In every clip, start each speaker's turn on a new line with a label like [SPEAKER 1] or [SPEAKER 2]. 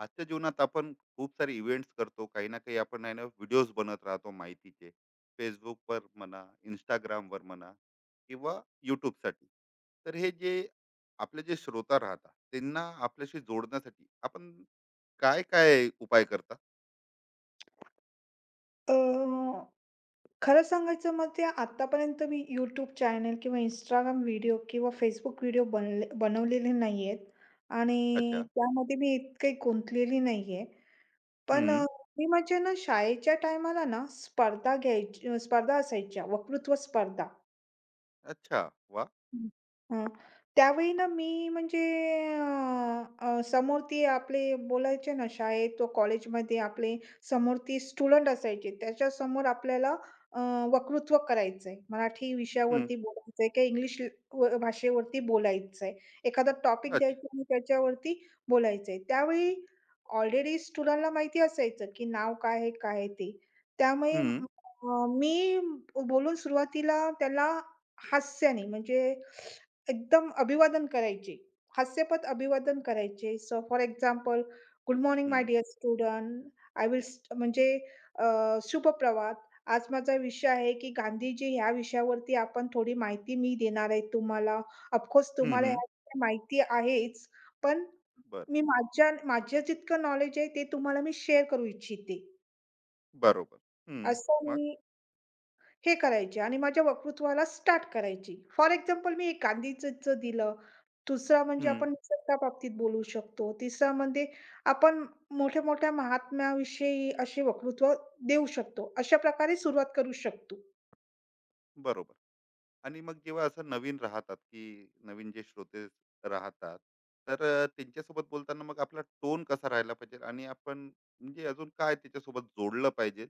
[SPEAKER 1] आजच्या जीवनात आपण खूप सारे इव्हेंट्स करतो. काही ना काही आपण आहे ना, व्हिडिओज बनत राहतो माहितीचे. फेसबुकवर म्हणा, इंस्टाग्रामवर म्हणा, किंवा यूट्यूबसाठी. तर हे जे आपले जे श्रोता राहतात, त्यांना आपल्याशी जोडण्यासाठी आपण काय काय उपाय करता?
[SPEAKER 2] अ, खरं सांगायचं मग ते आत्तापर्यंत मी YouTube चॅनल किंवा Instagram व्हिडिओ किंवा Facebook व्हिडिओ बनवलेले नाहीयेत आणि
[SPEAKER 1] अच्छा.
[SPEAKER 2] त्यामध्ये मी इतकी गुंतलेली नाहीये. पण
[SPEAKER 1] हम्म.
[SPEAKER 2] मी म्हणजे ना शाळेच्या टायमाला ना स्पर्धा असायच्या, वक्तृत्व स्पर्धा.
[SPEAKER 1] अच्छा, वा.
[SPEAKER 2] हं. हां. त्यावेळी ना मी म्हणजे अ, अ, समोर ते आपले बोलायचे ना शाळेत तो कॉलेजमध्ये आपले समोर ती स्टुडंट असायचे. त्याच्यासमोर आपल्याला अ, वक्तृत्व करायचंय. मराठी
[SPEAKER 1] हम्म.
[SPEAKER 2] विषयावरती बोलायचंय किंवा इंग्लिश व भाषेवरती बोलायचंय. एखादा टॉपिक
[SPEAKER 1] अच्छा.
[SPEAKER 2] द्यायचा आणि त्याच्यावरती बोलायचंय. त्यावेळी ऑलरेडी स्टुडंटला माहिती असायचं, की नाव काय आहे, काय आहे ते. त्यामुळे
[SPEAKER 1] हम्म
[SPEAKER 2] मी बोलून सुरुवातीला त्याला हास्याने म्हणजे एकदम अभिवादन करायचे. हास्यपद अभिवादन करायचे. So for example, "good morning my
[SPEAKER 1] hmm,
[SPEAKER 2] dear student, I will स्ट" म्हणजे अ, "शुभप्रभात. आज माझा विषय आहे की गांधीजी ह्या विषयावरती आपण थोडी माहिती मी देणार आहे तुम्हाला. ऑफकोर्स
[SPEAKER 1] हम्म
[SPEAKER 2] तुम्हाला
[SPEAKER 1] हम्म,
[SPEAKER 2] ह्या माहिती आहेच, पण
[SPEAKER 1] बर.
[SPEAKER 2] मी माझ्या माझ्या जितकं नॉलेज आहे ते तुम्हाला मी शेअर करू इच्छिते."
[SPEAKER 1] बरोबर. हम्म.
[SPEAKER 2] असं
[SPEAKER 1] मग.
[SPEAKER 2] मी हे करायची आणि माझ्या वक्तृत्वाला स्टार्ट करायची. फॉर एक्झाम्पल मी एक गांधीजींचं दिलं. दुसरा म्हणजे
[SPEAKER 1] हम्म.
[SPEAKER 2] आपण निसर्गा बाबतीत बोलू शकतो. तिसरा म्हणजे आपण मोठ्या-मोठ्या महात्म्याविषयी असे वक्तृत्व देऊ शकतो. अशा प्रकारे सुरुवात करू शकतो.
[SPEAKER 1] बरोबर. आणि मग जेव्हा असं नवीन राहतात, की नवीन जे श्रोते राहतात, तर त्यांच्यासोबत बोलताना मग आपला टोन कसा राहायला पाहिजे आणि आपण म्हणजे अजून काय त्याच्यासोबत जोडलं पाहिजे,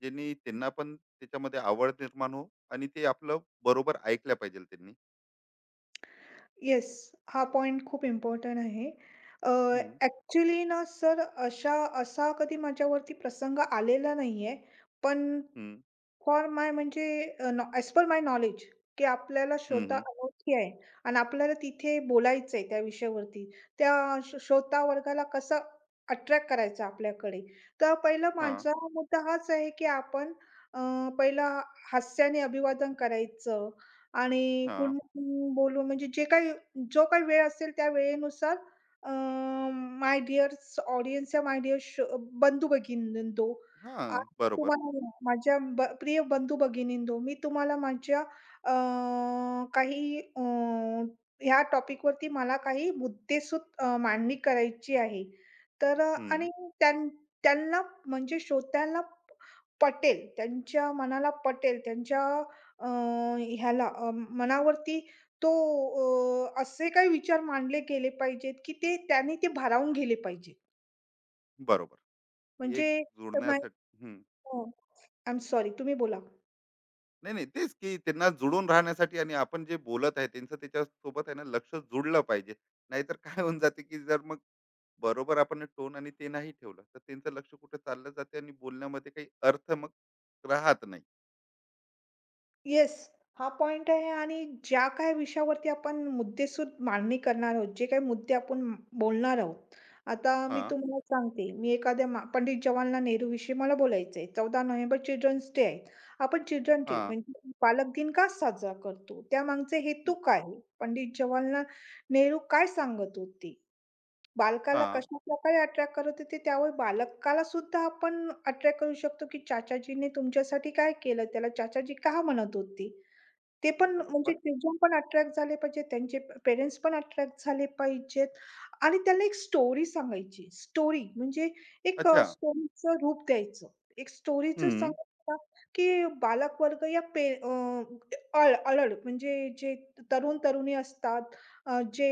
[SPEAKER 1] ज्यांनी त्यांना पण त्याच्यामध्ये आवड निर्माण हो आणि ते आपलं बरोबर ऐकलं पाहिजे त्यांनी.
[SPEAKER 2] येस, हा पॉइंट खूप इम्पोर्टंट आहे. अ,
[SPEAKER 1] हं,
[SPEAKER 2] ना सर अशा असा कधी माझ्यावरती प्रसंग आलेला नाहीये. पण
[SPEAKER 1] हं,
[SPEAKER 2] फॉर माय म्हणजे ॲज पर माय नॉलेज, की आपल्याला
[SPEAKER 1] हं,
[SPEAKER 2] श्रोता
[SPEAKER 1] हं.
[SPEAKER 2] अनोळखी आहे आणि आपल्याला तिथे बोलायचं आहे त्या विषयावरती. त्या श्रो श्रोता वर्गाला कसं अट्रॅक्ट करायचं आपल्याकडे. तर पहिला
[SPEAKER 1] हां,
[SPEAKER 2] माझा मुद्दा हाच आहे, की आपण अ, पहिला हास्याने अभिवादन करायचं आणि गुड
[SPEAKER 1] हां,
[SPEAKER 2] मॉर्निंग बोलून म्हणजे जे काही जो काही वेळ असेल त्या वेळेनुसार माय डिअर्स ऑडियन्स या माय डिअर बंधू-भगिनींनो
[SPEAKER 1] हां.
[SPEAKER 2] आज मी
[SPEAKER 1] बरोबर.
[SPEAKER 2] तुम्हाला माझ्या ब प्रिय बंधू-भगिनींनो, मी तुम्हाला माझ्या अ, काही ह्या टॉपिकवरती मला काही मुद्देसूद मांडणी करायची आहे. तर
[SPEAKER 1] हं.
[SPEAKER 2] आणि त्यां त्यांना म्हणजे श्रोत्यांना पटेल, त्यांच्या मनाला पटेल, त्यांच्या अ, मनावरती तो असे काही विचार मांडले गेले पाहिजेत, की ते त्यांनी ते भारावून गेले पाहिजेत.
[SPEAKER 1] बरोबर. की
[SPEAKER 2] म्हणजे
[SPEAKER 1] एक
[SPEAKER 2] अ, माय
[SPEAKER 1] जोडण्यासाठी.
[SPEAKER 2] हो. आय एम सॉरी तुम्ही बोला.
[SPEAKER 1] नाही, नाही. तेच, की त्यांना जुळून राहण्यासाठी आणि आपण जे बोलत आहे त्यांचं त्याच्यासोबत आहे ना, लक्ष जुळलं पाहिजे. नाहीतर काय होऊन जाते, की जर मग बरोबर आपण टोन आणि ते नाही ठेवलं, तर त्यांचं लक्ष कुठे चाललं जाते आणि बोलण्यामध्ये काही अर्थ मग राहत नाही.
[SPEAKER 2] येस, हा पॉइंट आहे आणि ज्या काही विषयावरती आपण मुद्देसूद मांडणी करणार आहोत, जे काही मुद्दे आपण बोलणार आहोत. आता मी
[SPEAKER 1] हां,
[SPEAKER 2] तुम्हाला सांगते, मी एखाद्या मा पंडित जवाहरलाल नेहरूविषयी मला बोलायचं आहे. 14 नोव्हेंबर चिल्ड्रन्स डे आहे. आपण चिल्ड्रन डे
[SPEAKER 1] हां,
[SPEAKER 2] म्हणजे बालक दिन का साजरा करतो? त्यामागचे हेतू काय आहे? पंडित जवाहरलाल नेहरू काय सांगत होते? बालकाला
[SPEAKER 1] हां.
[SPEAKER 2] कशाप्रकारे अट्रॅक्ट करत होते? त्यावर बालकाला सुद्धा आपण अट्रॅक्ट करू शकतो, की चाचाजीने तुमच्यासाठी काय केलं? त्याला चाचाजी का म्हणत होते? ते
[SPEAKER 1] अरे
[SPEAKER 2] पण म्हणजे
[SPEAKER 1] बरोबर.
[SPEAKER 2] चिल्ड्रन पण अट्रॅक्ट झाले पाहिजेत, त्यांचे पेरेंट्स पण अट्रॅक्ट झाले पाहिजेत आणि त्यांना एक स्टोरी सांगायची. स्टोरी म्हणजे एक
[SPEAKER 1] अच्छा.
[SPEAKER 2] स्टोरीचं रूप द्यायचं. एक स्टोरीचं
[SPEAKER 1] हं.
[SPEAKER 2] सांगितलं ना, की बालकवर्ग या पे अ, अळ अळल म्हणजे जे तरुण-तरुणी असतात, जे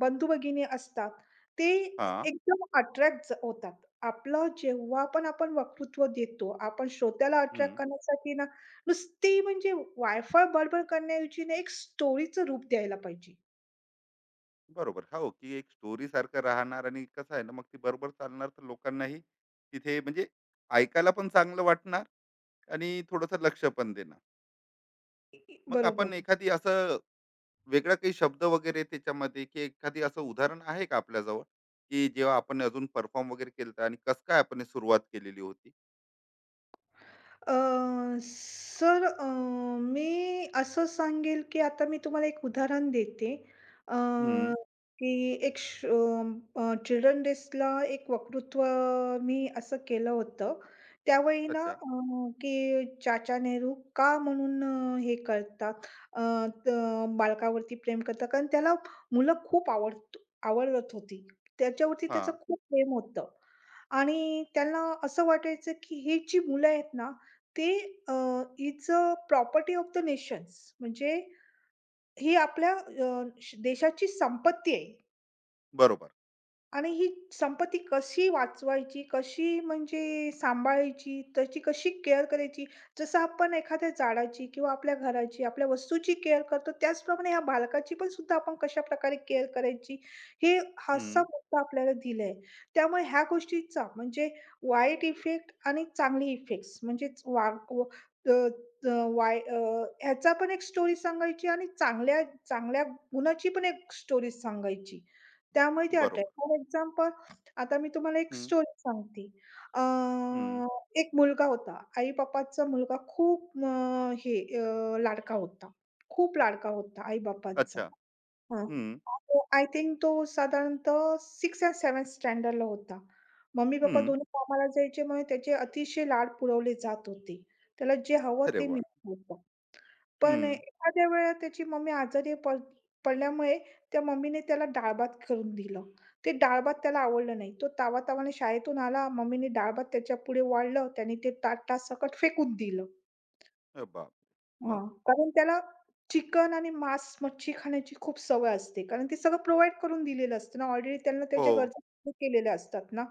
[SPEAKER 2] बंधू-भगिनी असतात, ते
[SPEAKER 1] हां.
[SPEAKER 2] एकदम अट्रॅक्ट होतात. आपलं जेव्हा पण आपण वक्तृत्व देतो, आपण श्रोत्याला अट्रॅक्ट
[SPEAKER 1] हं.
[SPEAKER 2] करण्यासाठी ना नुसती म्हणजे वायफळ बडबड करण्याऐवजी ना, एक स्टोरीचं रूप द्यायला पाहिजे.
[SPEAKER 1] बरोबर. हो, की एक स्टोरीसारखं राहणार आणि कसं आहे ना, मग ती बरोबर चालणार तर लोकांनाही तिथे म्हणजे ऐकायला पण चांगलं वाटणार आणि थोडंसं लक्ष पण देणार. मग
[SPEAKER 2] बरोबर.
[SPEAKER 1] आपण एखादी असं वेगळा काही शब्द वगैरे त्याच्यामध्ये, की एखादी असं उदाहरण आहे का आपल्याजवळ, की जेव्हा आपण अजून परफॉर्म वगैरे केलं आणि कस काय आपण हे सुरुवात केलेली होती?
[SPEAKER 2] अ, सर अ, मी असं सांगेल, की आता मी तुम्हाला एक उदाहरण देते. अ,
[SPEAKER 1] हम्म.
[SPEAKER 2] की चिल्ड्रन डेजला एक वक्तृत्व मी असं केलं होतं. त्यावेळी ना
[SPEAKER 1] अच्छा.
[SPEAKER 2] की चाचा नेहरू का म्हणून हे करतात अ, तर बालकावरती प्रेम करतात? कारण त्याला मुलं खूप आवडत आवडत होती. त्याच्यावरती
[SPEAKER 1] हा.
[SPEAKER 2] त्याचं खूप प्रेम होतं आणि त्यांना असं वाटायचं, की ही जी मुलं आहेत ना, ते uh, is a property of the nations म्हणजे ही आपल्या देशाची संपत्ती आहे.
[SPEAKER 1] बरोबर.
[SPEAKER 2] आणि ही संपत्ती कशी वाचवायची, कशी म्हणजे सांभाळायची, त्याची कशी केअर करायची. जसं आपण एखाद्या झाडाची किंवा आपल्या घराची, आपल्या वस्तूची केअर करतो, त्याचप्रमाणे ह्या बालकाची पण सुद्धा आपण कशाप्रकारे केअर करायची, हे हाचा
[SPEAKER 1] हम्म.
[SPEAKER 2] मुद्दा आपल्याला दिलाय. त्यामुळे ह्या गोष्टीचा म्हणजे वाईट इफेक्ट आणि चांगली इफेक्ट्स म्हणजेच वा व अ, अ, वाय अ, ह्याचा पण एक स्टोरी सांगायची आणि चांगल्या चांगल्या गुणाची पण एक स्टोरी सांगायची. त्यामुळे ते
[SPEAKER 1] बरोबर.
[SPEAKER 2] अट्रॅक्ट फॉर एक्झाम्पल, आता मी तुम्हाला एक
[SPEAKER 1] हम्म.
[SPEAKER 2] स्टोरी सांगते. अ,
[SPEAKER 1] हम्म.
[SPEAKER 2] एक मुलगा होता. आई-बापाचा मुलगा खूप हे लाडका होता. खूप लाडका होता आई-बापाचा.
[SPEAKER 1] अच्छा.
[SPEAKER 2] हां.
[SPEAKER 1] हम्म.
[SPEAKER 2] तो आय थिंक तो साधारणतः 6th अँड 7th स्टँडर्डला होता. मम्मी-पप्पा
[SPEAKER 1] हम्म.
[SPEAKER 2] दोन्ही कामाला जायचे, म्हणून त्याचे अतिशय लाड पुरवले जात होते. त्याला जे हवं
[SPEAKER 1] अरे
[SPEAKER 2] ते
[SPEAKER 1] वा.
[SPEAKER 2] मिळत होतं. पण
[SPEAKER 1] हम्म.
[SPEAKER 2] एखाद्या वेळेला त्याची मम्मी आजारी पड पडल्यामुळे त्या मम्मीने त्याला डाळ-भात करून दिलं. ते डाळ-भात त्याला आवडलं नाही. तो तावातावाने शाळेतून आला, मम्मीने डाळ-भात त्याच्यापुढे वाढलं, त्याने ते ताटासकट फेकून दिलं.
[SPEAKER 1] अरे बाप. मग.
[SPEAKER 2] हां, कारण त्याला चिकन आणि मांस, मच्छी खाण्याची खूप सवय असते. कारण ते सगळं प्रोव्हाईड करून दिलेलं असतं ना, ऑलरेडी त्यांना
[SPEAKER 1] हो.
[SPEAKER 2] त्याच्या गरजा पूर्ण केलेल्या असतात ना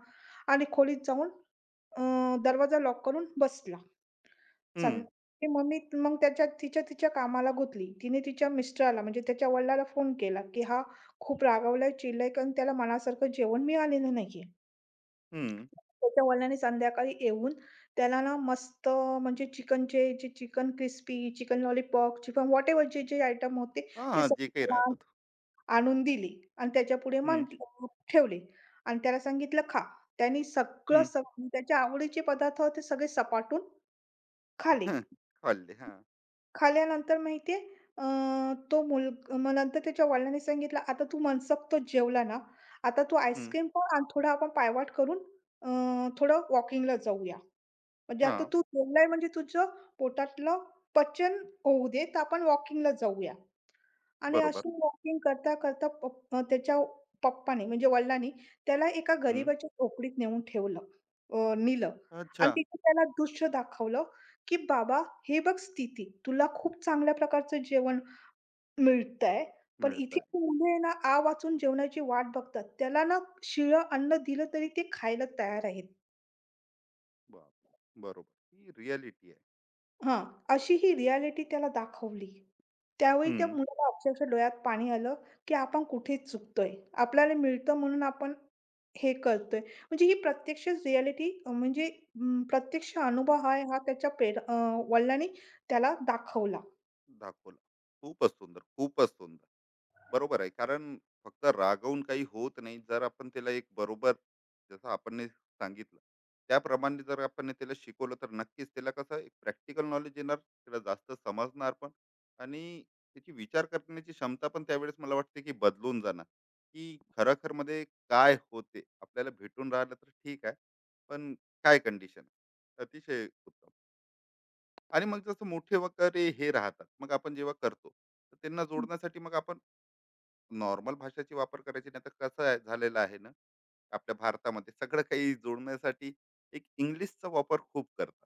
[SPEAKER 2] आणि खोलीत जाऊन अ, दरवाजा लॉक करून बसला. सं
[SPEAKER 1] हम्म.
[SPEAKER 2] ती मम्मी मग तिच्या तिच्या कामाला गुंतली. तिने तिच्या मिस्टराला म्हणजे त्याच्या वडिलाला फोन केला, की हा खूप रागावलाय, चिडलाय कारण त्याला मनासारखं जेवण मिळालेलं नाहीये.
[SPEAKER 1] हम्म.
[SPEAKER 2] त्याच्या वडिलांनी संध्याकाळी येऊन त्याला ना मस्त म्हणजे चिकनचे जे chicken crispy, chicken lollipop, chicken whatever जे-जे आयटम होते
[SPEAKER 1] हा
[SPEAKER 2] ते
[SPEAKER 1] हा, जे काही
[SPEAKER 2] सगळे
[SPEAKER 1] राहतात.
[SPEAKER 2] आणून दिली आणि त्याच्यापुढे
[SPEAKER 1] हम्म.
[SPEAKER 2] मांडली, हो. ठेवली आणि त्याला सांगितलं खा. त्यानी सगळं
[SPEAKER 1] हम्म.
[SPEAKER 2] स म्हणजे त्याच्या आवडीचे पदार्थ होते सगळे सपाटून खाले
[SPEAKER 1] खाल्ले हा.
[SPEAKER 2] खाल्ल्यानंतर माहिती आहे तो मुल मग नंतर त्याच्या वडिलांनी सांगितलं, "आता तू मनसोक्त जेवला ना, आता तू
[SPEAKER 1] हम्म.
[SPEAKER 2] आईस्क्रीम खा आणि थोडं आपण पायवाट करून अ, थोडं वॉकिंगला जाऊया. म्हणजे
[SPEAKER 1] हा.
[SPEAKER 2] आता तू जेवलाय म्हणजे तुझं पोटातलं पचन होऊ दे, तर आपण वॉकिंगला जाऊया." आणि
[SPEAKER 1] बरोबर.
[SPEAKER 2] अशी वॉकिंग करता त्याच्या पप्पानी म्हणजे वडिलांनी त्याला एका
[SPEAKER 1] हम्म.
[SPEAKER 2] गरिबाच्या झोपडीत नेऊन ठेवलं. नेलं आणि
[SPEAKER 1] अच्छा.
[SPEAKER 2] तिथे त्याला दृश्य दाखवलं, की "बाबा, हे बघ स्थिती. तुला खूप चांगल्या प्रकारचं जेवण मिळतंय, पण
[SPEAKER 1] मिळत.
[SPEAKER 2] इथे ती मुले ना, आ वाचून जेवणाची वाट बघतात. त्याला ना शिळं अन्न दिलं तरी ते खायला तयार आहेत."
[SPEAKER 1] बापरे! बरोबर. ही रिॲलिटी आहे.
[SPEAKER 2] हां, अशी ही रिॲलिटी त्याला दाखवली. त्यावेळी त्या
[SPEAKER 1] हं.
[SPEAKER 2] मुलाला अक्षरशः डोळ्यात पाणी आलं, की आपण कुठे चुकतोय. आपल्याला मिळतं म्हणून आपण हे कळतंय. म्हणजे ही प्रत्यक्ष रिअॅलिटी म्हणजे प्रत्यक्ष अनुभव हा हा वडिलांनी त्याला दाखवला.
[SPEAKER 1] दाखवला. खूपच सुंदर, खूपच सुंदर. बरोबर आहे. कारण फक्त रागवून काही होत नाही. जर आपण त्याला एक बरोबर, जसं आपण ने सांगितलं, त्याप्रमाणे जर आपण ने त्याला शिकवलं, तर नक्कीच त्याला कसं एक प्रॅक्टिकल नॉलेज येणार, त्याला जास्त समजणार पण. आणि त्याची विचार करण्याची क्षमता पण त्यावेळेस मला वाटते की बदलून जाणार, की खरोखरमध्ये काय होते. आपल्याला भेटून राहिलं तर ठीक आहे, पण काय कंडिशन. अतिशय उत्तम. आणि मग जसं मोठे वगैरे हे राहतात, मग आपण जेव्हा करतो, तर त्यांना जोडण्यासाठी मग आपण नॉर्मल भाषेची वापर करायची. नाही तर कसं आहे, झालेलं आहे ना, आपल्या भारतामध्ये सगळं काही जोडण्यासाठी एक इंग्लिशचा वापर खूप करतात.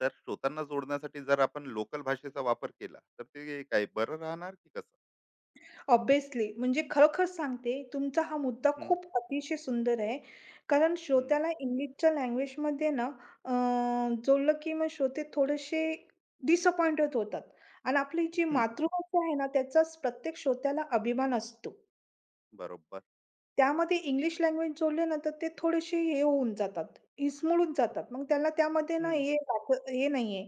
[SPEAKER 1] तर श्रोतांना जोडण्यासाठी जर आपण लोकल भाषेचा वापर केला तर ते काय बरं राहणार, की कसं?
[SPEAKER 2] ऑब्व्हियसली म्हणजे खरोखर सांगते तुमचा हा मुद्दा
[SPEAKER 1] हम्म,
[SPEAKER 2] खूप अतिशय सुंदर आहे. कारण
[SPEAKER 1] हम्म,
[SPEAKER 2] श्रोत्याला इंग्लिशच्या लँग्वेजमध्ये ना अ, जोडलं की मग श्रोते थोडेसे डिसअपॉइंटेड होतात आणि आपली जी
[SPEAKER 1] हम्म.
[SPEAKER 2] मातृभाषा आहे ना त्याचाच प्रत्येक श्रोत्याला अभिमान असतो.
[SPEAKER 1] बरोबर.
[SPEAKER 2] त्यामध्ये इंग्लिश लँग्वेज जोडले ना, तर ते थोडेसे हे होऊन जातात, इसमळून जातात. मग त्याला त्यामध्ये ना
[SPEAKER 1] हम्म.
[SPEAKER 2] हे नाहीये,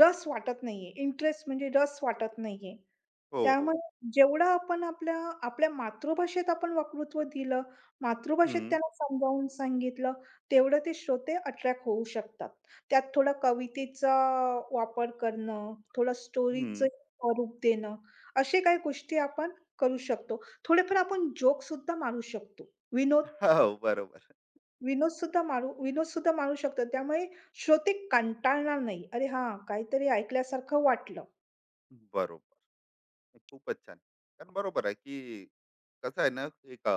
[SPEAKER 2] रस वाटत नाहीये. इंटरेस्ट म्हणजे रस वाटत नाहीये.
[SPEAKER 1] हो हो.
[SPEAKER 2] त्यामुळे जेवढं आपण आपल्या आपल्या मातृभाषेत आपण वक्तृत्व दिलं, मातृभाषेत
[SPEAKER 1] हम्म,
[SPEAKER 2] त्यांना समजावून सांगितलं, तेवढं ते श्रोते अट्रॅक्ट होऊ शकतात. त्यात थोडा कवितेचा वापर करणं, थोडं स्टोरीचं
[SPEAKER 1] हम्म.
[SPEAKER 2] स्वरूप देणं, अशा काही गोष्टी आपण करू शकतो. थोडेफार आपण जोकसुद्धा मारू शकतो.
[SPEAKER 1] हो. बरोबर.
[SPEAKER 2] विनोदसुद्धा मारू शकतो. त्यामुळे श्रोते कंटाळणार नाही. "अरे हां, काहीतरी ऐकल्यासारखं वाटलं."
[SPEAKER 1] बरोबर. खूपच छान. कारण बरोबर आहे, की कसं आहे ना, एक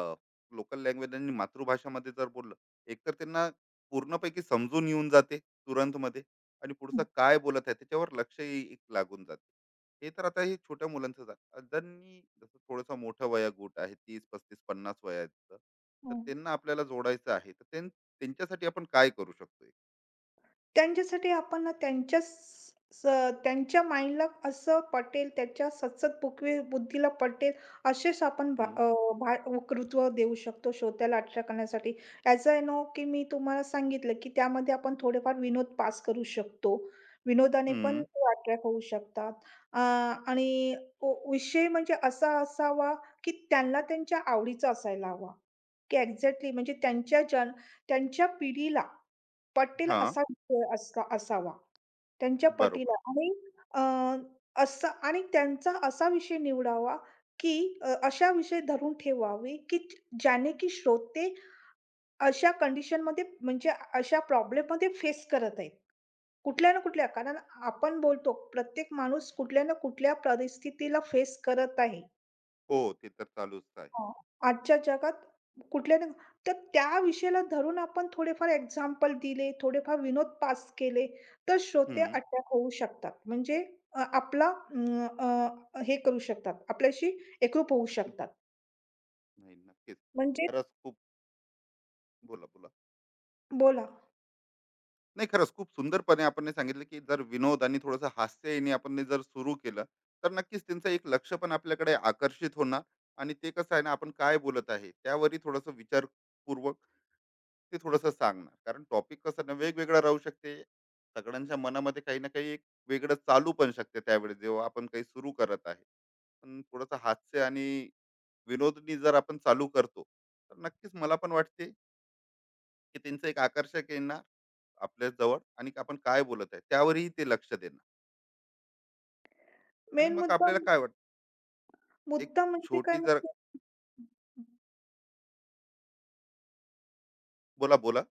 [SPEAKER 1] लोकल लँग्वेज आणि मातृभाषामध्ये जर बोललं, एकतर त्यांना पूर्णपैकी समजून येऊन जाते तुरंतमध्ये आणि पुढचं
[SPEAKER 2] हं,
[SPEAKER 1] काय बोलत आहे त्याच्यावर लक्षही एक लागून जाते. हे तर आता हे छोट्या मुलांचं झालं. ज्यांनी जसं थोडंसं मोठं वयोगट आहे 30, 35, 50 वयाचं, तर
[SPEAKER 2] हं.
[SPEAKER 1] त्यांना आपल्याला जोडायचं आहे. तर त्यांच्यासाठी आपण काय करू शकतो?
[SPEAKER 2] त्यांच्यासाठी आपण ना त्यांच्या स स त्यांच्या माइंडला असं पटेल, त्याच्या सचत बुकवी बुद्धीला पटेल असेच आपण
[SPEAKER 1] हं,
[SPEAKER 2] वक्तृत्व देऊ शकतो श्रोत्याला अट्रॅक्ट करण्यासाठी. ॲज आय नो की मी तुम्हाला सांगितलं की त्यामध्ये आपण थोडेफार विनोद पास करू शकतो. विनोदाने पण
[SPEAKER 1] हं.
[SPEAKER 2] अट्रॅक्ट होऊ शकतात. अ, आणि विषय म्हणजे असा असावा की त्यांना त्यांच्या आवडीचा असायला हवा, की एक्झॅक्टली म्हणजे त्यांच्या पिढीला पटेल
[SPEAKER 1] हां,
[SPEAKER 2] असा असावा. त्यांच्या
[SPEAKER 1] बरोबर.
[SPEAKER 2] पटीला आणि अ, असा आणि त्यांचा असा विषय निवडावा, की अशा विषय धरून ठेवावे, की ज्याने की श्रोते अशा कंडिशनमध्ये म्हणजे अशा प्रॉब्लेममध्ये फेस करत आहेत. कुठल्या ना कुठल्या कारण आपण बोलतो प्रत्येक माणूस कुठल्या ना कुठल्या परिस्थितीला फेस करत आहे.
[SPEAKER 1] हो, ते तर चालूच आहे.
[SPEAKER 2] हां. आजच्या जगात कुठल्या ना तर त्या विषयाला धरून आपण थोडेफार एक्झाम्पल दिले, थोडेफार विनोद पास केले, तर श्रोते
[SPEAKER 1] हं.
[SPEAKER 2] अटॅक होऊ शकतात. म्हणजे आपला हे करू शकतात, आपल्याशी एकरूप होऊ शकतात.
[SPEAKER 1] नाही नक्कीच.
[SPEAKER 2] म्हणजे
[SPEAKER 1] खरंच खूप. बोला, बोला.
[SPEAKER 2] बोला.
[SPEAKER 1] नाही, खरंच खूप सुंदरपणे आपण हे सांगितलं, की जर विनोद आणि थोडंसं हास्य याने आपण हे जर सुरू केलं, तर नक्कीच त्यांचं एक लक्ष पण आपल्याकडे आकर्षित होणार आणि ते कसं आहे ना, आपण काय बोलत आहे, त्यावरही थोडंसं विचारपूर्वक ते थोडंसं सांगणार. कारण टॉपिक कसं ना वेगवेगळा राहू शकते. सगळ्यांच्या मनामध्ये काही ना काही एक वेगळं चालू पण शकते त्यावेळेस, जेव्हा आपण काही सुरू करत आहे. पण थोडंसं हास्य आणि विनोदनी जर आपण चालू करतो, तर नक्कीच मला पण वाटते, की त्यांचं एक आकर्षक आहे ना आपल्या जवळ आणि आपण काय बोलत आहे त्यावरही ते लक्ष देणं. आणि
[SPEAKER 2] मेन
[SPEAKER 1] मग
[SPEAKER 2] मुद्दा
[SPEAKER 1] आपल्याला काय वाटतं, एक
[SPEAKER 2] मुद्दा म्हणजे काय
[SPEAKER 1] छोटी जर.
[SPEAKER 2] माहिती
[SPEAKER 1] बोला, बोला.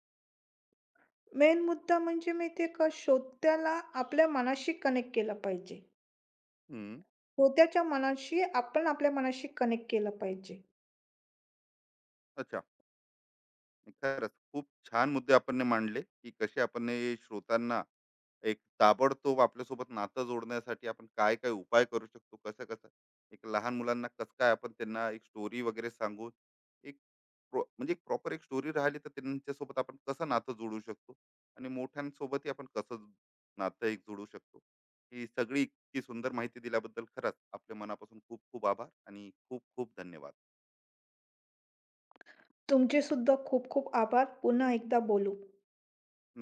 [SPEAKER 2] मेन मुद्दा म्हणजे माहिती का? श्रोत्याला आपल्या मनाशी कनेक्ट केलं पाहिजे.
[SPEAKER 1] हम्म.
[SPEAKER 2] श्रोत्याच्या मनाशी आपण आपल्या मनाशी कनेक्ट केलं पाहिजे.
[SPEAKER 1] अच्छा. खरंच खूप छान मुद्दे आपण ने मांडले, की कसे आपण ने श्रोतांना एक ताबडतोब आपल्यासोबत नातं जोडण्यासाठी आपण काय काय उपाय करू शकतो, कसं कसं एक लहान मुलांना कसं काय आपण त्यांना एक स्टोरी वगैरे सांगून, एक म्हणजे एक प्रॉपर एक स्टोरी राहिली तर त्यांच्यासोबत आपण कसं नातं जोडू शकतो आणि मोठ्यांसोबतही आपण कसं नातं एक जोडू शकतो. ही सगळी इतकी सुंदर माहिती दिल्याबद्दल खरंच आपल्या मनापासून खूप खूप आभार आणि खूप खूप धन्यवाद.
[SPEAKER 2] तुमचे सुद्धा खूप खूप आभार. पुन्हा एकदा बोलू.